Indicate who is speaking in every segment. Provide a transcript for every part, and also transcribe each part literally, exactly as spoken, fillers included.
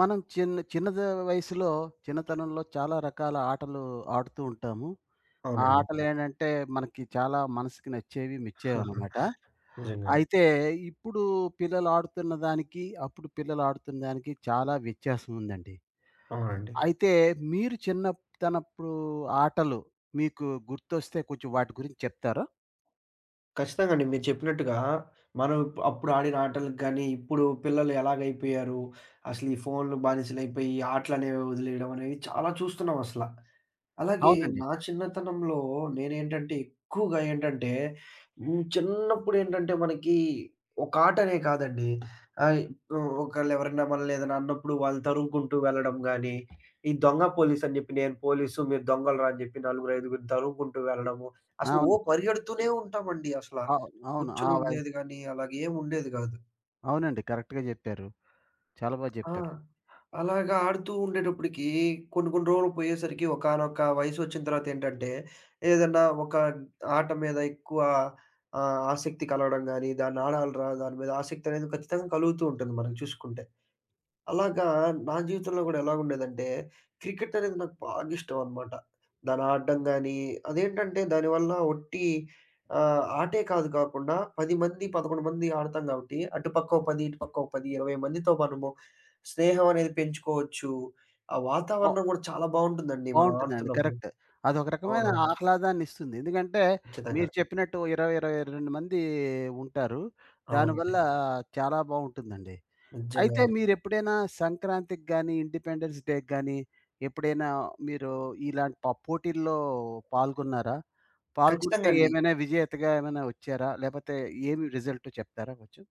Speaker 1: మనం చిన్న చిన్నద వయసులో, చిన్నతనంలో చాలా రకాల ఆటలు ఆడుతూ ఉంటాము. ఆ అవును.
Speaker 2: అవునండి.
Speaker 1: ఆటలేంటంటే, మనకి చాలా మనసుకి నచ్చేవి, మెచ్చేవనమాట.
Speaker 2: నిజంగానే.
Speaker 1: అయితే ఇప్పుడు పిల్లలు ఆడుతున్న దానికి, అప్పుడు పిల్లలు ఆడుతున్న దానికి చాలా వ్యత్యాసం ఉందండి.
Speaker 2: అవునండి.
Speaker 1: అయితే మీరు చిన్నతనప్పుడు ఆటలు మీకు గుర్తొస్తే కొంచెం వాటి గురించి చెప్తారా?
Speaker 2: ఖచ్చితంగా అండి. మీరు చెప్పినట్టుగా మనం ఇప్ అప్పుడు ఆడిన ఆటలకు గానీ, ఇప్పుడు పిల్లలు ఎలాగైపోయారు, అసలు ఈ ఫోన్‌లు బానిసలైపోయి ఆటలనేవి వదిలేయడం అనేవి చాలా చూస్తున్నాం అసల. అలాగే
Speaker 1: అవునండి.
Speaker 2: నా చిన్నతనంలో నేనేంటంటే ఎక్కువగా ఏంటంటే హ్మ్, చిన్నప్పుడేంటంటే మనకి ఒక ఆటనే కాదండి. ఆహ్, హ్మ్, ఒకళ్ళెవరన్నా మనల్ని ఏదైనా అన్నప్పుడు వాళ్ళు తరుముకుంటూ వెళ్ళడం గానీ, ఈ దొంగ పోలీసని జెప్పి నేను పోలీసు, మీరు దొంగలురా అని జెప్పి నలుగురు, ఐదుగురిని తరుముకుంటూ వెళ్ళడము. అసలు ఓ
Speaker 1: అవును.
Speaker 2: పరిగెడుతూనే ఉంటామండి అసల.
Speaker 1: అవును. అవును. ఆ
Speaker 2: కూర్చొని
Speaker 1: వయసు.
Speaker 2: ఉండేది గానీ, అలాగ ఏముండేది గాదు.
Speaker 1: అవునండి, కరెక్ట్‌గా జెప్పారు. చాలా బా
Speaker 2: ఆ!
Speaker 1: జెప్పారు.
Speaker 2: అలాగా ఆడుతూ ఉండేటప్పటికి కొన్ని కొన్ని రోజులు పోయేసరికి ఒకానొక వయసొచ్చిన తర్వాతేంటంటే, ఏదన్నా ఒక ఆట మీద ఎక్కువ ఆహ్, ఆసక్తి కలగడం గానీ, దాన్ని ఆడాలిరా దాని మీద ఆసక్తి అనేది ఖచ్చితంగా కలుగుతూ ఉంటుంది మనకు చూసుకుంటే. అలాగా నా జీవితంలో గూడా ఎలాగుండేదంటే, క్రికెట్ అనేది నాకు బాగా ఇష్టం అనమాట. దాన్ని ఆడడం గానీ, అదేంటంటే దానివల్ల ఒట్టి ఆహ్, ఆటే కాదు కాకుండా పది మంది, పదకొండు మంది ఆడతాం గాబట్టి, అటుపక్కో పది, ఇటుపక్కో పది, ఇరవై మందితో మనము స్నేహం అనేది పెంచుకోవచ్చు. ఆ వాతావరణం గూడా చాలా బావుంటుందండి మనం
Speaker 1: బావుంటుందండి,
Speaker 2: ఆడుతున్నప్పుడు.
Speaker 1: కరెక్ట్. అదొక రకమైన
Speaker 2: అవునవును.
Speaker 1: ఆహ్లాదాన్నిస్తుంది. ఎందుకంటే
Speaker 2: ఖచ్చితంగా.
Speaker 1: మీరు చెప్పినట్టు ఇరవై, ఇరవై రెండు మంది ఉంటారు.
Speaker 2: అవునండి.
Speaker 1: దానివల్ల చాలా బావుంటుందండి.
Speaker 2: నిజంగా
Speaker 1: అయితే
Speaker 2: అండి.
Speaker 1: మీరెప్పుడైనా సంక్రాంతికి గానీ, ఇండిపెండెన్స్ డేకి గానీ ఎప్పుడైనా మీరు ఇలాంటి ప పోటీల్లో పాల్గొన్నారా? పాల్గొంటే
Speaker 2: ఖచ్చితంగా అండి.
Speaker 1: ఏమైనా విజేతగా ఏమైనా వచ్చారా? లేపోతే ఏమి రిజల్ట్ చెప్తారా కొంచెం?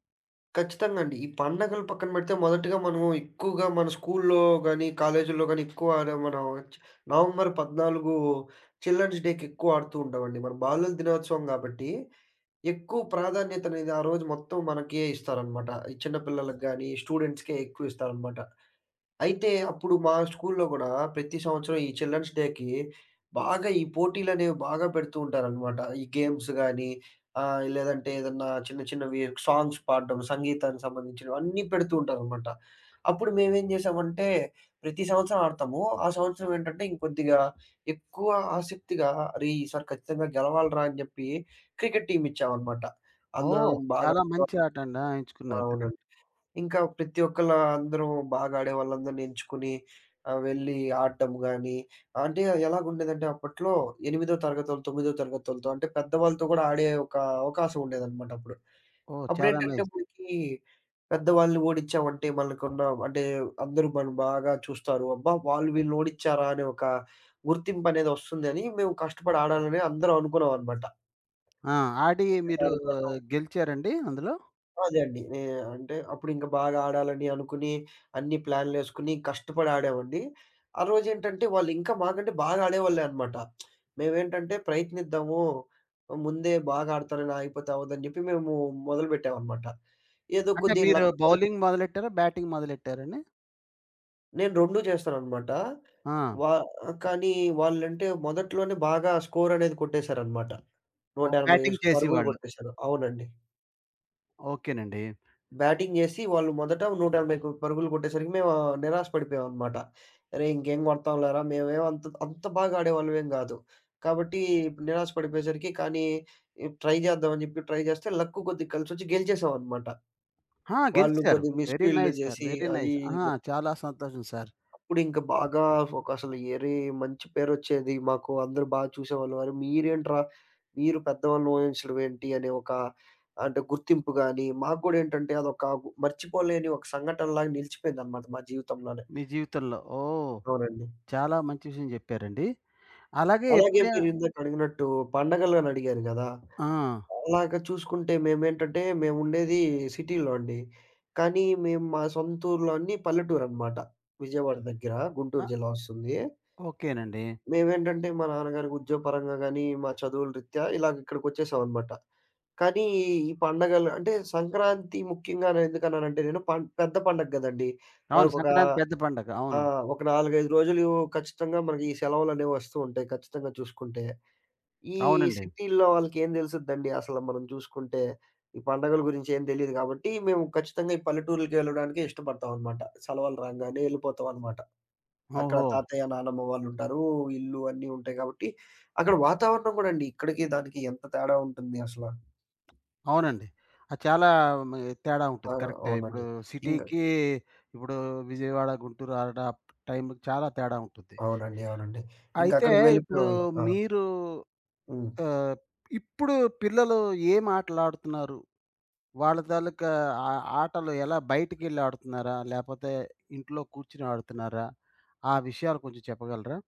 Speaker 2: ఖచ్చితంగా అండి. ఈ పండగలు పక్కన పెడితే మొదటగా మనం ఎక్కువగా మన స్కూల్లో గాని, కాలేజీల్లో గాని ఎక్కువ ఆడే మనం చ్ నవంబర్ పద్నాలుగు చిల్డ్రన్స్ డేకి ఎక్కువ ఆడుతూ ఉంటామండి. మన బాలల దినోత్సవం గాబట్టి, ఎక్కువ ప్రాధాన్యత అనేది ఆ రోజు మొత్తం మనకే ఇస్తారనమాట. ఈ చిన్న పిల్లలకి గాని, స్టూడెంట్స్‌కే ఎక్కువ ఇస్తారనమాట. అయితే అప్పుడు మా స్కూల్లో గూడా ప్రతి సంవత్సరం ఈ చిల్డ్రన్స్ డేకి బాగా ఈ పోటీలనేవి బాగా పెడుతూ ఉంటారనమాట. ఈ గేమ్స్ గానీ, ఆహ్, లేదంటే ఏదన్నా చిన్న చిన్నవి సాంగ్స్ పాడడం, సంగీతానికి సంబంధించినవి అన్నీ పెడుతూ ఉంటారనమాట. అప్పుడు మేమేం జేసామంటే ప్రతి సంవత్సరం ఆడతాము. ఆ సంవత్సరం ఏంటంటే ఇంకొద్దిగా ఎక్కువ ఆసక్తిగా అరే! ఈసారి ఖచ్చితంగా గెలవాలిరా అని జెప్పి క్రికెట్ టీమ్ ఇచ్చామనమాట.
Speaker 1: ఓహ్,
Speaker 2: అందరం బాగా
Speaker 1: చాలా మంచి ఆట అండి. ఆ, ఎంచుకున్నారు, కరెక్ట్.
Speaker 2: అవునండి. ఇంకా ప్రతి ఒక్కళ్ళు అందరూ బాగా ఆడే వాళ్ళందరిని ఎంచుకుని ఆహ్, వెళ్ళి ఆడటం గాని, అంటే ఎలాగుండేదంటే అప్పట్లో ఎనిమిదో తరగతోళ్ళు, తొమ్మిదో తరగతోళ్ళతో అంటే పెద్దవాళ్ళతో గూడా ఆడే ఒక అవకాశం ఉండేదనమాట అప్పుడు.
Speaker 1: ఓహ్, చాలా
Speaker 2: అప్పుడేంటంటే
Speaker 1: నైస్.
Speaker 2: మనకి పెద్దవాళ్ళని ఓడించామంటే మనకున్న అంటే అందరూ మనం బాగా చూస్తారు. అబ్బా! వాళ్ళు వీళ్ళని ఓడించారా అనే ఒక గుర్తింపనేది వస్తుందని మేము కష్టపడి ఆడాలని అందరం అనుకున్నామనమాట.
Speaker 1: ఆ, ఆడి
Speaker 2: ఇంక
Speaker 1: మీరు
Speaker 2: దానికోసం
Speaker 1: గెలిచారండి అందులో?
Speaker 2: అదే అండి. నే అంటే అప్పుడు ఇంకా బాగా ఆడాలని అనుకుని, అన్ని ప్లాన్‌లేసుకొని కష్టపడి ఆడామండి. ఆ రోజేంటంటే వాళ్ళు ఇంకా మాకంటే బాగా ఆడేవాళ్ళే అన్నమాట. మేమేంటంటే ప్రయత్నిద్దాము, ముందే బాగా ఆడతానని ఆగిపోతే అవ్వదని చెప్పి మేము మొదలుపెట్టామన్నమాట. ఏదో
Speaker 1: అంటే
Speaker 2: కొద్ది
Speaker 1: మీరు
Speaker 2: లక్ కలిసి
Speaker 1: బౌలింగ్ మొదలెట్టారా? బ్యాటింగ్ మొదలెట్టారండి?
Speaker 2: నేను రెండూ చేస్తానన్నమాట.
Speaker 1: ఆ.
Speaker 2: వా కానీ వాళ్ళంటే మొదట్లోనే బాగా స్కోర్ అనేది కొట్టేశారన్నమాట.
Speaker 1: ఓహ్,
Speaker 2: నూట ఎనభై
Speaker 1: బ్యాటింగ్
Speaker 2: పరుగులు
Speaker 1: చేసేవాళ్ళు.
Speaker 2: కొట్టేశారు. అవునండి.
Speaker 1: ఓకేనండి.
Speaker 2: బ్యాటింగ్ జేసి వాళ్ళు మొదట నూట ఎనభైకి కు పరుగులు కొట్టేసరికి మేము ఆ, నిరాశ పడిపోయామనమాట. అరే! ఇంకేం కొడతాం లేరా! మేమేం అంత అంత బాగా ఆడేవాళ్ళమేం గాదు. కాబట్టి నిరాశ పడిపోయేసరికి కానీ ఇప్ ట్రై జేద్దాం అని జెప్పి ట్రై జేస్తే లక్ కొద్దిగా కలిసొచ్చి గెలిచేసామనమాట.
Speaker 1: ఆ,
Speaker 2: వాళ్ళు
Speaker 1: గెలిచారు.
Speaker 2: కొద్దిగా
Speaker 1: వెరీ
Speaker 2: మిస్‌ఫీల్డ్‌లు
Speaker 1: నైస్ సార్,
Speaker 2: జేసి
Speaker 1: వెరీ
Speaker 2: అది
Speaker 1: నైస్.
Speaker 2: ఇది
Speaker 1: ఆహా,
Speaker 2: జ
Speaker 1: చాలా సంతోషం సార్.
Speaker 2: అప్పుడింక బాగా ఒకసలు ఏరీ మంచి పేరొచ్చేది. మాకు అందరూ బాగా చూసేవాళ్ళు. "అరె! మీరేంట్రా మీరు పెద్దవాళ్ళని ఊహించడమేంటి?" అనే ఒక అంటే గుర్తింపు గాని, మాకు గూడా ఏంటంటే అదొక గు మర్చిపోలేని ఒక సంఘటనలాగా నిలిచిపోయిందనమాట మా జీవితంలోనే.
Speaker 1: మీ జీవితంలో. ఓహ్,
Speaker 2: అవునండి.
Speaker 1: చాలా మంచి విషయం చెప్పారండి. అలాగే
Speaker 2: అలాగే
Speaker 1: ఎప్పుడే.
Speaker 2: మీరిందాక అడిగినట్టు పండగలని అడిగారు గదా!
Speaker 1: ఆ,
Speaker 2: అలాగా చూసుకుంటే మేమేంటంటే మేముండేది సిటీలో అండి. కానీ మేము మా సొంతూరులో అన్ని పల్లెటూరనమాట. విజయవాడ దగ్గర
Speaker 1: ఆ,
Speaker 2: గుంటూరు జిల్లా వస్తుంది.
Speaker 1: ఓకేనండి.
Speaker 2: మేమేంటంటే మా నాన్నగారికి ఉద్యోగపరంగా గానీ, మా చదువుల రీత్యా ఇలాగ ఇక్కడికొచ్చేసామనమాట. కానీ ఈ పండగలు అంటే సంక్రాంతి ముఖ్యంగా నేనెందుకన్నానంటే నేను పం పెద్ద పండగ గదండీ!
Speaker 1: అవును,
Speaker 2: మనకొక
Speaker 1: సంక్రాంతి పెద్ద పండగ.
Speaker 2: ఆ!
Speaker 1: అవును.
Speaker 2: ఒక నాలుగు, ఐదు రోజులు ఖచ్చితంగా మనకి ఈ సెలవులనేవి వస్తూ ఉంటాయి ఖచ్చితంగా చూసుకుంటే. ఈ
Speaker 1: అవునండి.
Speaker 2: సిటీల్లో వాళ్ళకేం దెలుసుద్దండి అసల మనం చూసుకుంటే. ఈ పండగల గురించి ఏం తెలీదు గాబట్టి మేము ఖచ్చితంగా ఈ పల్లెటూర్లకెళ్ళడానికే ఇష్టపడతామనమాట. సెలవులు రాంగానే ఎళ్ళిపోతామనమాట. అక్కడ
Speaker 1: ఓహో,
Speaker 2: తాతయ్య, నానమ్మ వాళ్ళుంటారు. ఇల్లు అన్నీ ఉంటాయి కాబట్టి, అక్కడ వాతావరణం గూడా అండి. ఇక్కడికి దానికి ఎంత తేడా ఉంటుంది అసల.
Speaker 1: అవునండి. అది చాలా మ తేడా
Speaker 2: ఆ!
Speaker 1: ఉంటది, కరెక్టే. ఇప్పుడు
Speaker 2: అవునండి. ఇంగ
Speaker 1: సిటీకి, ఇప్పుడు విజయవాడ, గుంటూరు ఆ డ టైంకి చాలా తేడా ఉంటుంది.
Speaker 2: అవునండి. అవునండి.
Speaker 1: అయితే
Speaker 2: ఇంకక్కడికి
Speaker 1: ఇప్పుడు
Speaker 2: వెళ్ళిపోయేవాళ్ళం. ఆ!
Speaker 1: మీరు
Speaker 2: హ్మ్.
Speaker 1: ఆహ్, ఇప్పుడు పిల్లలు ఏం ఆటలాడుతున్నారు? వాళ్ళ తాలూకా ఆ ఆటలు ఎలా, బయటికెళ్ళి ఆడుతున్నారా? లేపోతే ఇంట్లో కూర్చొని ఆడుతున్నారా? ఆ విషయాలు కొంచెం చెప్పగలరా?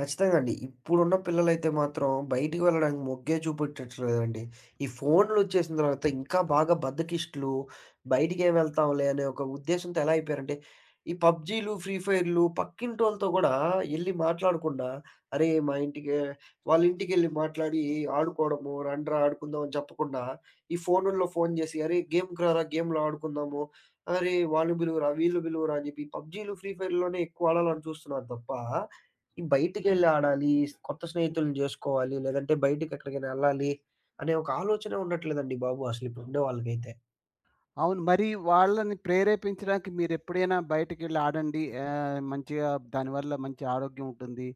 Speaker 2: ఖచ్చితంగా అండి. ఇప్పుడున్న పిల్లలైతే మాత్రం బయటికి వెళ్ళడానికి మొగ్గే చూపెట్టట్లేదండి. ఈ ఫోన్‌లొచ్చేసిన తర్వాత ఇంకా బాగా బద్ధకిష్టులు, బయటికేం వెళ్తాంలే అనే ఒక ఉద్దేశంతో ఎలా అయిపోయారంటే, ఈ పబ్‌జీలు, ఫ్రీ ఫైర్‌లు పక్కింటోళ్ళతో గూడా ఎళ్లి మాట్లాడకుండా, అరే! మా ఇంటికి వాళ్ళ ఇంటికెళ్ళి మాట్లాడి ఆడుకోవడము, రండ్రా ఆడుకుందాం అని చెప్పకుండా, ఈ ఫోనుల్లో ఫోను జేసి, అరే! గేమ్‌కి రారా గేమ్‌లో ఆడుకుందాము, అరే! వాళ్ళు పిలువురా, వీళ్ళు పిలువురా అని జెప్పి పబ్‌జీలు, ఫ్రీ ఫైర్‌లోనే ఎక్కువ ఆడాలని చూస్తున్నారు తప్ప ఈ బయటికెళ్ళి ఆడాలి, కొత్త స్నేహితులను జేసుకోవాలి, లేదంటే బయటికెక్కడికైనా ఎళ్ళాలి అనే ఒక ఆలోచనే ఉండట్లేదండి బాబు అసలిప్పుడుండే వాళ్ళకైతే.
Speaker 1: అవును. మరి వాళ్ళని ప్రేరేపించడానికి మీరెప్పుడైనా బయటికెళ్ళి ఆడండి, ఆహ్, మంచిగా దానివల్ల మంచి ఆరోగ్యం ఉంటుంది,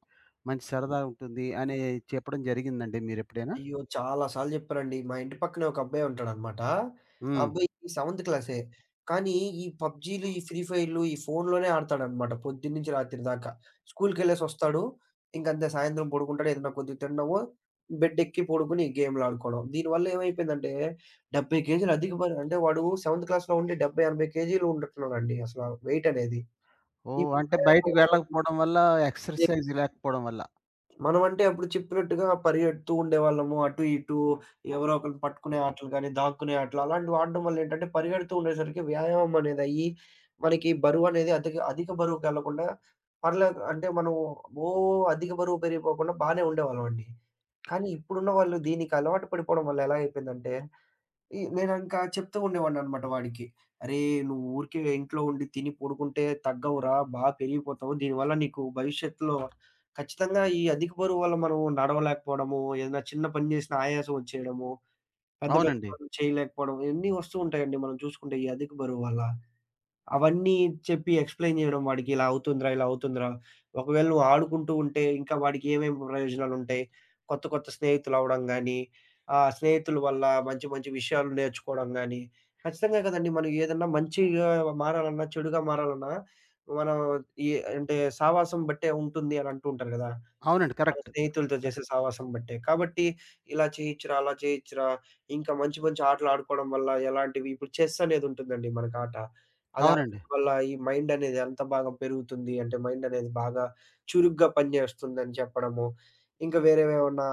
Speaker 1: మంచి సరదా ఉంటుంది అని చెప్పడం జరిగిందండి మీరెప్పుడైనా?
Speaker 2: అయ్యో! చాలా సార్లు జెప్పానండి. మా ఇంటి పక్కనే ఒక అబ్బాయి ఉంటాడనమాట. ఆ
Speaker 1: హ్మ్.
Speaker 2: అబ్బాయికి సెవెంత్ క్లాసే. కానీ ఈ పబ్‌జీలు, ఈ ఫ్రీ ఫైర్‌లు ఈ ఫోనులోనే ఆడతాడనమాట పొద్దున్నుంచి రాత్రి దాకా. స్కూలుకెళ్ళేసొస్తాడు. ఇంకంతే సాయంత్రం పడుకుంటాడు. ఏదన్నా కొద్దిగా తినడము, బెడ్డెక్కి పడుకొని గేమ్‌లాడుకోవడం. దీనివల్ల ఏమైపోయిందంటే డెబ్భై కేజీలు అధిక బరువు అంటే వాడు సెవెంత్ క్లాస్‌లో ఉండి డెబ్భై, ఎనభై కేజీలు ఉంటున్నాడండి అసల వెయిటనేది. ఈ
Speaker 1: ఓహ్, అంటే
Speaker 2: వ్యాయామం
Speaker 1: బయటికి
Speaker 2: అనేది
Speaker 1: వెళ్ళకపోవడం వల్ల,
Speaker 2: అదే
Speaker 1: ఎక్సర్‌సైజ్ లేకపోవడం వల్ల.
Speaker 2: మనమంటే అప్పుడు చెప్పినట్టుగా పరిగెడుతూ ఉండేవాళ్ళము. అటు ఇటు ఎవరో ఒకళ్ళని పట్టుకునే ఆటలు గాని, దాక్కునే ఆటలు అలాంటివి ఆడడం వల్ల ఏంటంటే పరిగెడుతూ ఉండేసరికి వ్యాయామం అనేదయ్యి, మనకి బరువనేది అధిక అధిక బరువుకెళ్ళకుండా పర్లే అంటే మనం ఓ అధిక బరువు పెరిగిపోకుండా బానే ఉండేవాళ్ళమండి. కానీ ఇప్పుడున్న వాళ్ళు దీనికి అలవాటు పడిపోవడం వల్ల ఎలా అయిపోయిందంటే ఈ నేనింకా చెప్తూ ఉండేవాడిననమాట వాడికి. "అరేయ్! నువ్వు ఊరికే ఇంట్లో ఉండి తిని పడుకుంటే తగ్గవురా. బాగా పెరిగిపోతావు. దీనివల్ల నీకు భవిష్యత్తులో ఖచ్చితంగా ఈ అధిక బరువు వల్ల మనం నడవలేకపోవడము, ఏదైనా చిన్న పని చేసినా ఆయాసం వచ్చేయడము, పెద్ద పెద్ద
Speaker 1: అవునండి.
Speaker 2: పనులు చేయలేకపోవడం" ఇయన్నీ వస్తూ ఉంటాయండి మనం చూసుకుంటే ఈ అధిక బరువు వల్ల. అవన్నీ చెప్పి ఎక్స్‌ప్లెయిన్ జేయడం వాడికి, "ఇలా అవుతుందిరా, ఇలా అవుతుందిరా." ఒకవేళ నువ్వు ఆడుకుంటూ ఉంటే, ఇంకా వాడికి ఏమేమి ప్రయోజనాలుంటాయి? కొత్త, కొత్త స్నేహితులవ్వడం గానీ, ఆ స్నేహితుల వల్ల మంచి, మంచి విషయాలు నేర్చుకోవడం గానీ, ఖచ్చితంగా కదండీ! మనం ఏదన్నా మంచిగా మారాలన్నా, చెడుగా మారాలన్నా, మనం ఈ అంటే సావాసం బట్టే ఉంటుంది అని అంటూ ఉంటారు గదా!
Speaker 1: అవునండి.
Speaker 2: మన
Speaker 1: కరెక్ట్.
Speaker 2: స్నేహితులతో
Speaker 1: కరెక్ట్.
Speaker 2: చేసే సావాసం బట్టే. కాబట్టి ఇలా చేయిచ్చురా, అలా చేయిచ్చురా, ఇంకా మంచి మంచి ఆటలాడుకోవడం వల్ల ఎలాంటివి ఇప్పుడు చెస్ అనేదుంటుందండి మనకాట. అది
Speaker 1: అవునండి.
Speaker 2: ఆడటం వల్ల ఈ మైండ్ అనేది ఎంత బాగా పెరుగుతుంది అంటే మైండ్ అనేది బాగా చురుగ్గా పనిచేస్తుందని చెప్పడము. ఇంకా వేరేవేమన్నా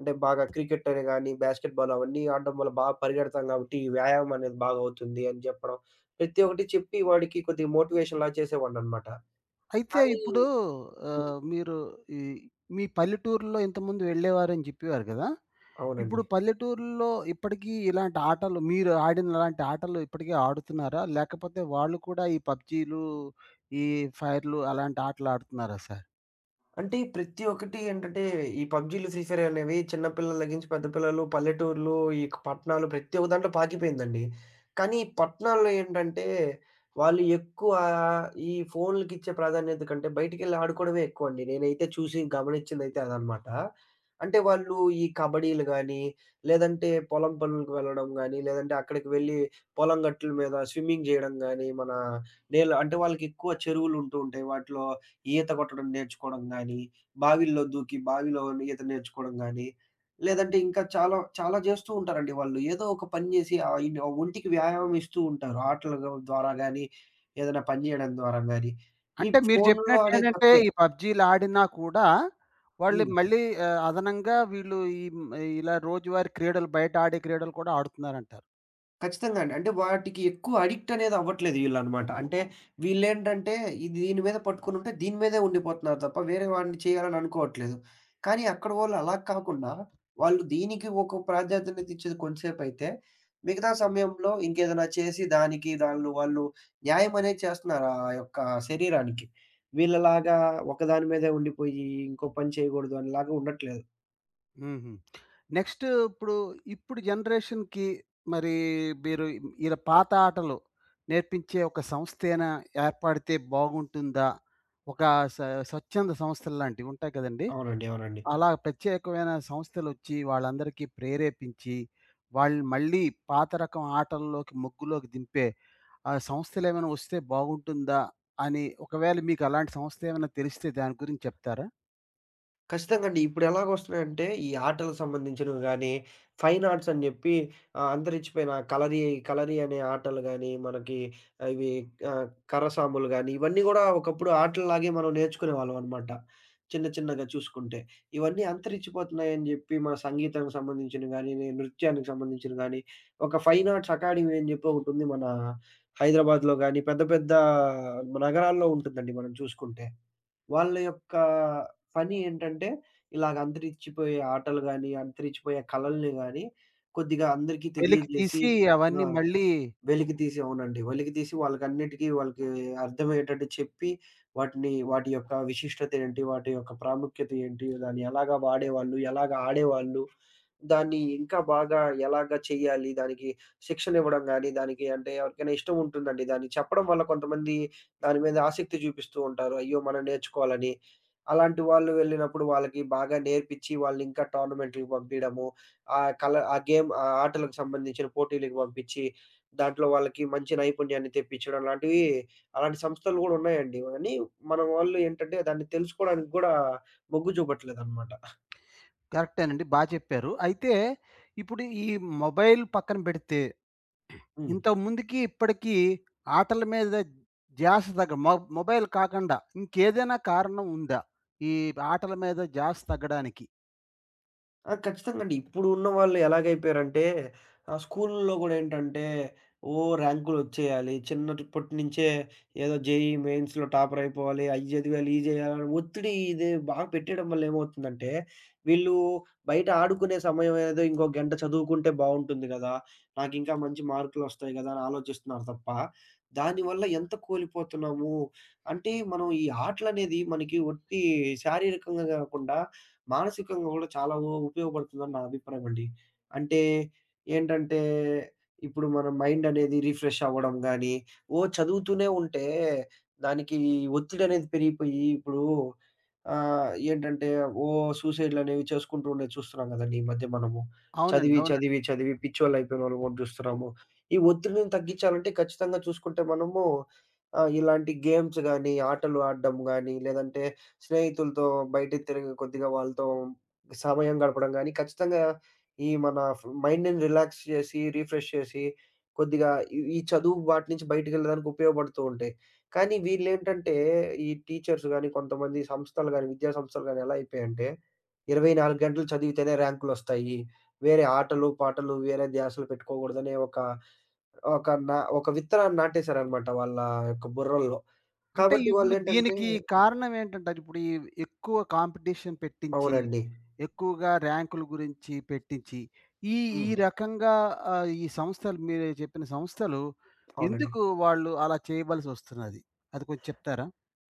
Speaker 2: అంటే బాగా క్రికెట్ అని గాని, బాస్కెట్ బాల్ అవన్నీ ఆడడం వల్ల బాగా పరిగెడతాం కాబట్టి ఈ వ్యాయామం అనేది బాగా అవుతుంది అని చెప్పడం. ప్రతి ఒక్కటి చెప్పి వాడికి కొద్దిగా మోటివేషన్‌లా చేసేవాడిననమాట.
Speaker 1: అయితే
Speaker 2: కానీ
Speaker 1: ఇప్పుడు
Speaker 2: హ్మ్.
Speaker 1: ఆహ్, మీరు ఈ మీ పల్లెటూరులో ఇంతకుముందు వెళ్ళేవారని చెప్పేవారు కదా! ఇప్పుడు
Speaker 2: అవునండి.
Speaker 1: పల్లెటూరులో ఇప్పటికీ ఇలాంటి ఆటలు, మీరు ఆడిన అలాంటి ఆటలు ఇప్పటికీ ఆడుతున్నారా? లేకపోతే వాళ్ళు కూడా ఈ పబ్‌జీలు, ఈ ఫైర్‌లు అలాంటి ఆటలు ఆడుతున్నారా సార్?
Speaker 2: అంటే ప్రతి ఒక్కటి ఏంటంటే ఈ పబ్‌జీలు, ఫ్రీ ఫైర్ అనేవి చిన్న పిల్లల దగ్గరించి పెద్ద పిల్లలు, పల్లెటూర్లు, ఈ యొక్క పట్టణాలు ప్రతి ఒక్క దాంట్లో పాకిపోయిందండి. కానీ ఈ పట్టణాల్లో ఏంటంటే వాళ్ళు ఎక్కువ ఈ ఫోన్‌లకిచ్చే ప్రాధాన్యత కంటే బయటికెళ్ళి ఆడుకోవడమే ఎక్కువండి. నేనైతే చూసి గమనిచ్చిందైతే అదనమాట. అంటే వాళ్ళు ఈ కబడ్డీలు గానీ, లేదంటే పొలం పనులకు వెళ్ళడం గానీ, లేదంటే అక్కడికి వెళ్ళి పొలం గట్టుల మీద స్విమ్మింగ్ జేయడం గానీ, మన నేల అంటే వాళ్ళకెక్కువ చెరువులుంటూ ఉంటాయి. వాటిలో ఈత కొట్టడం నేర్చుకోవడం గానీ, బావిల్లో దూకి బావిలో ఈత నేర్చుకోవడం గానీ, లేదంటే ఇంకా చాలా చాలా జేస్తూ ఉంటారండి వాళ్ళు. ఏదో ఒక పని జేసి ఆహ్, ఇన్ ఆ ఒంటికి వ్యాయామం ఇస్తూ ఉంటారు. ఆటల ద్వారా గానీ, ఏదైనా పని జేయడం ద్వారా గానీ. ఈ
Speaker 1: అంటే మీరు
Speaker 2: ఫోనుల్లో
Speaker 1: చెప్పినట్టు
Speaker 2: ఆడేది
Speaker 1: ఏంటంటే,
Speaker 2: తక్కువే.
Speaker 1: ఈ పబ్‌జీలు ఆడినా కూడా వాళ్ళు
Speaker 2: హ్మ్.
Speaker 1: మళ్ళీ, ఆహ్, అదనంగా వీళ్ళు ఈ ఇలా రోజువారీ క్రీడలు, బయట ఆడే క్రీడలు కూడా ఆడుతున్నారంటారు.
Speaker 2: ఖచ్చితంగా అండి. అంటే వాటికి ఎక్కువ అడిక్ట్ అనేది అవ్వట్లేదు వీళ్ళనమాట. అంటే వీళ్ళేంటంటే ఇది దీని మీద పట్టుకునుంటే దీని మీదే ఉండిపోతున్నారు తప్ప వేరే వాడిని చేయాలని అనుకోవట్లేదు. కానీ అక్కడ వాళ్ళు అలా కాకుండా వాళ్ళు దీనికి ఒక ప్రాధాన్యత ఇచ్చేది కొంతసేపైతే మిగతా సమయంలో ఇంకేదైనా చేసి దానికి దానిలో వాళ్ళు న్యాయం అనేది చేస్తున్నారు ఆ యొక్క శరీరానికి. వీళ్ళలాగా ఒకదాని మీదే ఉండిపోయి ఇంకో పని చేయకూడదు అనేలాగా ఉండట్లేదు.
Speaker 1: హుహు. నెక్స్ట్, ఇప్పుడు, ఇప్పుడు జనరేషన్‌కి మరి మీరు ఇలా పాత ఆటలు నేర్పించే ఒక సంస్థ ఏనా ఏర్పడితే బాగుంటుందా? ఒక స స్వచ్ఛంద సంస్థల్లాంటివి ఉంటాయి కదండీ!
Speaker 2: అవునండి. అవునండి.
Speaker 1: అలా ప్రత్యేకమైన సంస్థలొచ్చి వాళ్ళందరికీ ప్రేరేపించి, వాళ్ళు మళ్ళీ పాత రకం ఆటల్లోకి, మొగ్గులోకి దింపే ఆహ్, సంస్థలేమైనా వస్తే బాగుంటుందా అని, ఒకవేళ మీకు అలాంటి సంస్థ ఏమైనా తెలిస్తే దాని గురించి చెప్తారా?
Speaker 2: ఖచ్చితంగా అండి. ఇప్పుడు ఎలాగొస్తున్నాయంటే, ఈ ఆటలకు సంబంధించినవి గానీ, ఫైన్ ఆర్ట్స్ అని జెప్పి ఆహ్, అంతరించిపోయిన కలరీ, కలరీ అనే ఆటలు గానీ, మనకి ఇవి ఆహ్, కర్రసాములు గానీ, ఇవన్నీ గూడా ఒకప్పుడు ఆటల్లాగే మనం నేర్చుకునేవాళ్ళం అనమాట. చిన్న చిన్నగా చూసుకుంటే. ఇవన్నీ అంతరించిపోతున్నాయని జెప్పి, మన సంగీతానికి సంబంధించినవి గానీ, నృత్యానికి సంబంధించినవి గానీ, ఒక ఫైన్ ఆర్ట్స్ అకాడమీ అని జెప్పి ఒకటుంది మన హైదరాబాద్‌లో గానీ, పెద్ద పెద్ద నగరాల్లో ఉంటుందండి మనం చూసుకుంటే. వాళ్ళ యొక్క పని ఏంటంటే, ఇలాగ అంతరించిపోయే ఆటలు గాని, అంతరించిపోయే కళల్ని గాని, కొద్దిగా అందరికీ
Speaker 1: వెలికి
Speaker 2: తెలియజేసి
Speaker 1: తీసి
Speaker 2: ఆ!
Speaker 1: అవన్నీ మళ్ళీ.
Speaker 2: వెలికితీసి అవునండి. వెలికితీసి వాళ్ళకన్నిటికీ వాళ్ళకి అర్థమయ్యేటట్టు చెప్పి, వాటిని వాటి యొక్క విశిష్టత ఏంటి? వాటి యొక్క ప్రాముఖ్యత ఏంటి? దాన్ని ఎలాగా వాడేవాళ్ళు? ఎలాగా ఆడేవాళ్ళు? దాన్ని ఇంకా బాగా ఎలాగా చెయ్యాలి? దానికి శిక్షణ ఇవ్వడం గాని, దానికి అంటే ఎవరికైనా ఇష్టం ఉంటుందండి. దాన్ని చెప్పడం వల్ల కొంతమంది దాని మీద ఆసక్తి చూపిస్తూ ఉంటారు. అయ్యో! మనం నేర్చుకోవాలని. అలాంటి వాళ్ళు వెళ్ళినప్పుడు వాళ్ళకి బాగా నేర్పించి వాళ్ళనింకా టోర్నమెంట్‌లకి పంపియడము. ఆ కల ఆ గేమ్ ఆ ఆటలకు సంబంధించిన పోటీలకి పంపించి, దాంట్లో వాళ్ళకి మంచి నైపుణ్యాన్ని తెప్పించడం లాంటివి అలాంటి సంస్థలు గూడా ఉన్నాయండి. కానీ మన వాళ్ళు ఏంటంటే దాన్ని తెలుసుకోవడానికి గూడా మొగ్గు చూపట్లేదనమాట.
Speaker 1: కరెక్టేనండి, బా చెప్పారు. అయితే ఇప్పుడు ఈ మొబైల్ పక్కన పెడితే,
Speaker 2: హ్మ్.
Speaker 1: ఇంతకుముందుకి ఇప్పటికి ఆటల మీద ధ్యాస తగ్గ, మొ మొబైల్ కాకుండా ఇంకేదైనా కారణం ఉందా ఈ ఆటల మీద ధ్యాస తగ్గడానికి?
Speaker 2: ఆ! ఖచ్చితంగా అండి. ఇప్పుడు ఉన్న వాళ్ళు ఎలాగైపోయారంటే ఆహ్, స్కూలుల్లో గూడా ఏంటంటే, ఓ ర్యాంకులొచ్చేయాలి. చిన్నప్పటి నుంచే ఏదో జేఈఈ మెయిన్స్‌లో టాపర్ అయిపోవాలి. అయి చదివాలి, ఇయి చేయాలని ఒత్తిడి ఇది బాగా పెట్టేయడం వల్ల ఏమవుతుందంటే, వీళ్ళు బయట ఆడుకునే సమయం ఏదో ఇంకో గంట చదువుకుంటే బావుంటుంది గదా! నాకింకా మంచి మార్కులొస్తాయి గదా! అని ఆలోచిస్తున్నారు తప్ప, దానివల్ల ఎంత కోల్పోతున్నాము. అంటే మనం ఈ ఆటలనేది మనకి ఒట్టి శారీరకంగా గాకుండా మానసికంగా గూడా చాలా ఉ ఉపయోగపడుతుందని నా అభిప్రాయమండి. అంటే ఏంటంటే, ఇప్పుడు మన మైండనేది రిఫ్రెష్ అవ్వడం గానీ, ఓ చదువుతూనే ఉంటే దానికి ఒత్తిడనేది పెరిగిపోయి ఇప్పుడు ఆహ్, ఏంటంటే ఓ సూసైడ్‌లనేవి చేసుకుంటూ ఉండేవి చూస్తున్నాం గదండీ! ఈ మధ్య మనము.
Speaker 1: అవునండి.
Speaker 2: చదివి,
Speaker 1: అవును.
Speaker 2: చదివి, చదివి పిచ్చోళ్ళయిపోయినోళ్ళని గూడా జూస్తున్నాము. ఈ ఒత్తిడిని తగ్గించాలంటే ఖచ్చితంగా చూసుకుంటే మనము ఆహ్, ఇలాంటి గేమ్స్ గానీ, ఆటలు ఆడడం గానీ, లేదంటే స్నేహితులతో బయటికి తిరిగి కొద్దిగా వాళ్ళతో సమయం గడపడం గానీ, ఖచ్చితంగా ఈ మన ఫ్ మైండ్‌ని రిలాక్స్ చేసి, రిఫ్రెష్ చేసి, కొద్దిగా ఈ ఈ చదువు వాటి నుంచి బయటికెళ్ళడానికి ఉపయోగపడుతూ ఉంటాయి. కానీ వీళ్ళేంటంటే, ఈ టీచర్స్ గానీ, కొంతమంది సంస్థలు గానీ, విద్యా సంస్థలు గానీ ఎలా అయిపోయాయంటే, ఇరవై నాలుగు గంటలు చదివితేనే ర్యాంకులొస్తాయి. వేరే ఆటలు, పాటలు, వేరే ధ్యాసలు పెట్టుకోకూడదనే ఒక ఒక నా ఒక విత్తనాన్ని నాటేశారనమాట వాళ్ళ యొక్క బుర్రల్లో.
Speaker 1: అంటే
Speaker 2: కాబట్టి
Speaker 1: ఇప్పుడు
Speaker 2: వాళ్ళేంటంటే
Speaker 1: దీనికి కారణం ఏంటంటారు? ఇప్పుడు ఈ ఎక్కువ కాంపిటీషన్ పెట్టించి,
Speaker 2: అవునండి.
Speaker 1: ఎక్కువగా ర్యాంకుల గురించి పెట్టించి, ఈ ఈ
Speaker 2: హ్మ్.
Speaker 1: రకంగా, ఆహ్, ఈ సంస్థలు, మీరు చెప్పిన సంస్థలు
Speaker 2: అవునండి.
Speaker 1: ఎందుకు వాళ్ళు అలా చేయవలసొస్తున్నది? అది కొంచెం చెప్తారా?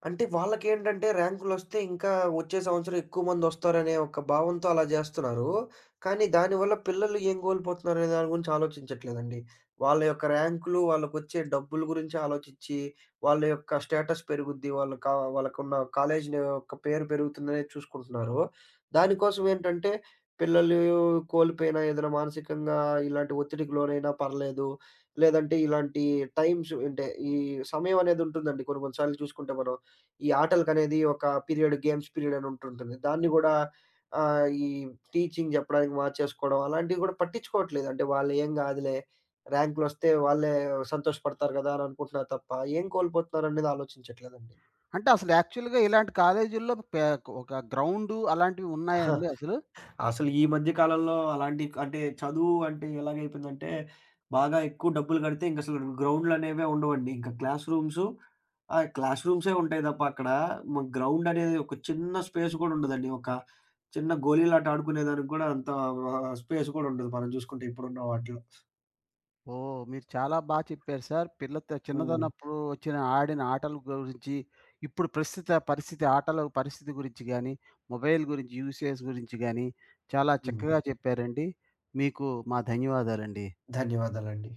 Speaker 2: అంటే వాళ్ళకేంటంటే ర్యాంకులొస్తే ఇంకా వచ్చే సంవత్సరం ఎక్కువ మందొస్తారనే ఒక భావంతో అలా జేస్తున్నారు. కానీ దానివల్ల పిల్లలు ఏం కోల్పోతున్నారనే దాని గురించి ఆలోచించట్లేదండి. వాళ్ళ యొక్క ర్యాంకులు, వాళ్ళకొచ్చే డబ్బుల గురించి ఆలోచిచ్చి, వాళ్ళ యొక్క స్టేటస్ పెరుగుద్ది, వాళ్ళ కా వాళ్ళకున్న కాలేజీ యొక్క పేరు పెరుగుతుందనే చూసుకుంటున్నారు. దానికోసం ఏంటంటే పిల్లలు కోల్పోయినా ఏదైనా మానసికంగా ఇలాంటి ఒత్తిడికి లోనైనా పర్లేదు. లేదంటే ఇలాంటి టైమ్స్ అంటే ఈ సమయం అనేదుంటుందండి కొన్ని కొన్ని సార్లు చూసుకుంటే మనం. ఈ ఆటలకనేది ఒక పీరియడ్, గేమ్స్ పీరియడ్ అని ఉంటుంటుంది. దాన్ని గూడా ఆహ్, ఈ టీచింగ్ చెప్పడానికి మార్చేసుకోవడం అలాంటివి గూడా పట్టించుకోవట్లేదు. అంటే వాళ్ళు ఏం గాదులే, ర్యాంకులొస్తే వాళ్ళే సంతోషపడతారు గదా! అని అనుకుంటున్నారు తప్ప ఏం కోల్పోతున్నారనేది ఆలోచించట్లేదండి.
Speaker 1: అంటే అసలు యాక్చువల్‌గా ఇలాంటి కాలేజీల్లో పే ఒక గ్రౌండు అలాంటివి
Speaker 2: ఆహా!
Speaker 1: ఉన్నాయండి అసలు?
Speaker 2: అసలు ఈ మధ్య కాలంలో అలాంటి అంటే చదువు అంటే ఎలాగైపోయిందంటే, బాగా ఎక్కువ డబ్బులు గడితే ఇంకసలు గ్రౌండ్‌లనేవే ఉండవండి. ఇంకా క్లాస్ రూమ్సు ఆ! క్లాస్ రూమ్సే ఉంటాయి తప్ప అక్కడ మ గ్రౌండ్ అనేది ఒక చిన్న స్పేస్ గూడా ఉండదండి. ఒక చిన్న గోళీలాట ఆడుకునేదానికి గూడా అంత ఆహ్, స్పేస్ గూడా ఉండదు మనం జూసుకుంటే ఇప్పుడున్న వాటిలో.
Speaker 1: ఓహ్, మీరు చాలా బా చెప్పారు సార్. పిల్లత
Speaker 2: హ్మ్.
Speaker 1: చిన్నతనప్పుడు వచ్చిన ఆడిన ఆటల గురించి, ఇప్పుడు ప్రస్తుత పరిస్థితి, ఆటల పరిస్థితి గురించి గానీ, మొబైల్ గురించి, యూసేజ్ గురించి గానీ చాలా
Speaker 2: హ్మ్.
Speaker 1: చక్కగా చెప్పారండి. మీకు మా ధన్యవాదాలండి.
Speaker 2: ధన్యవాదాలండి.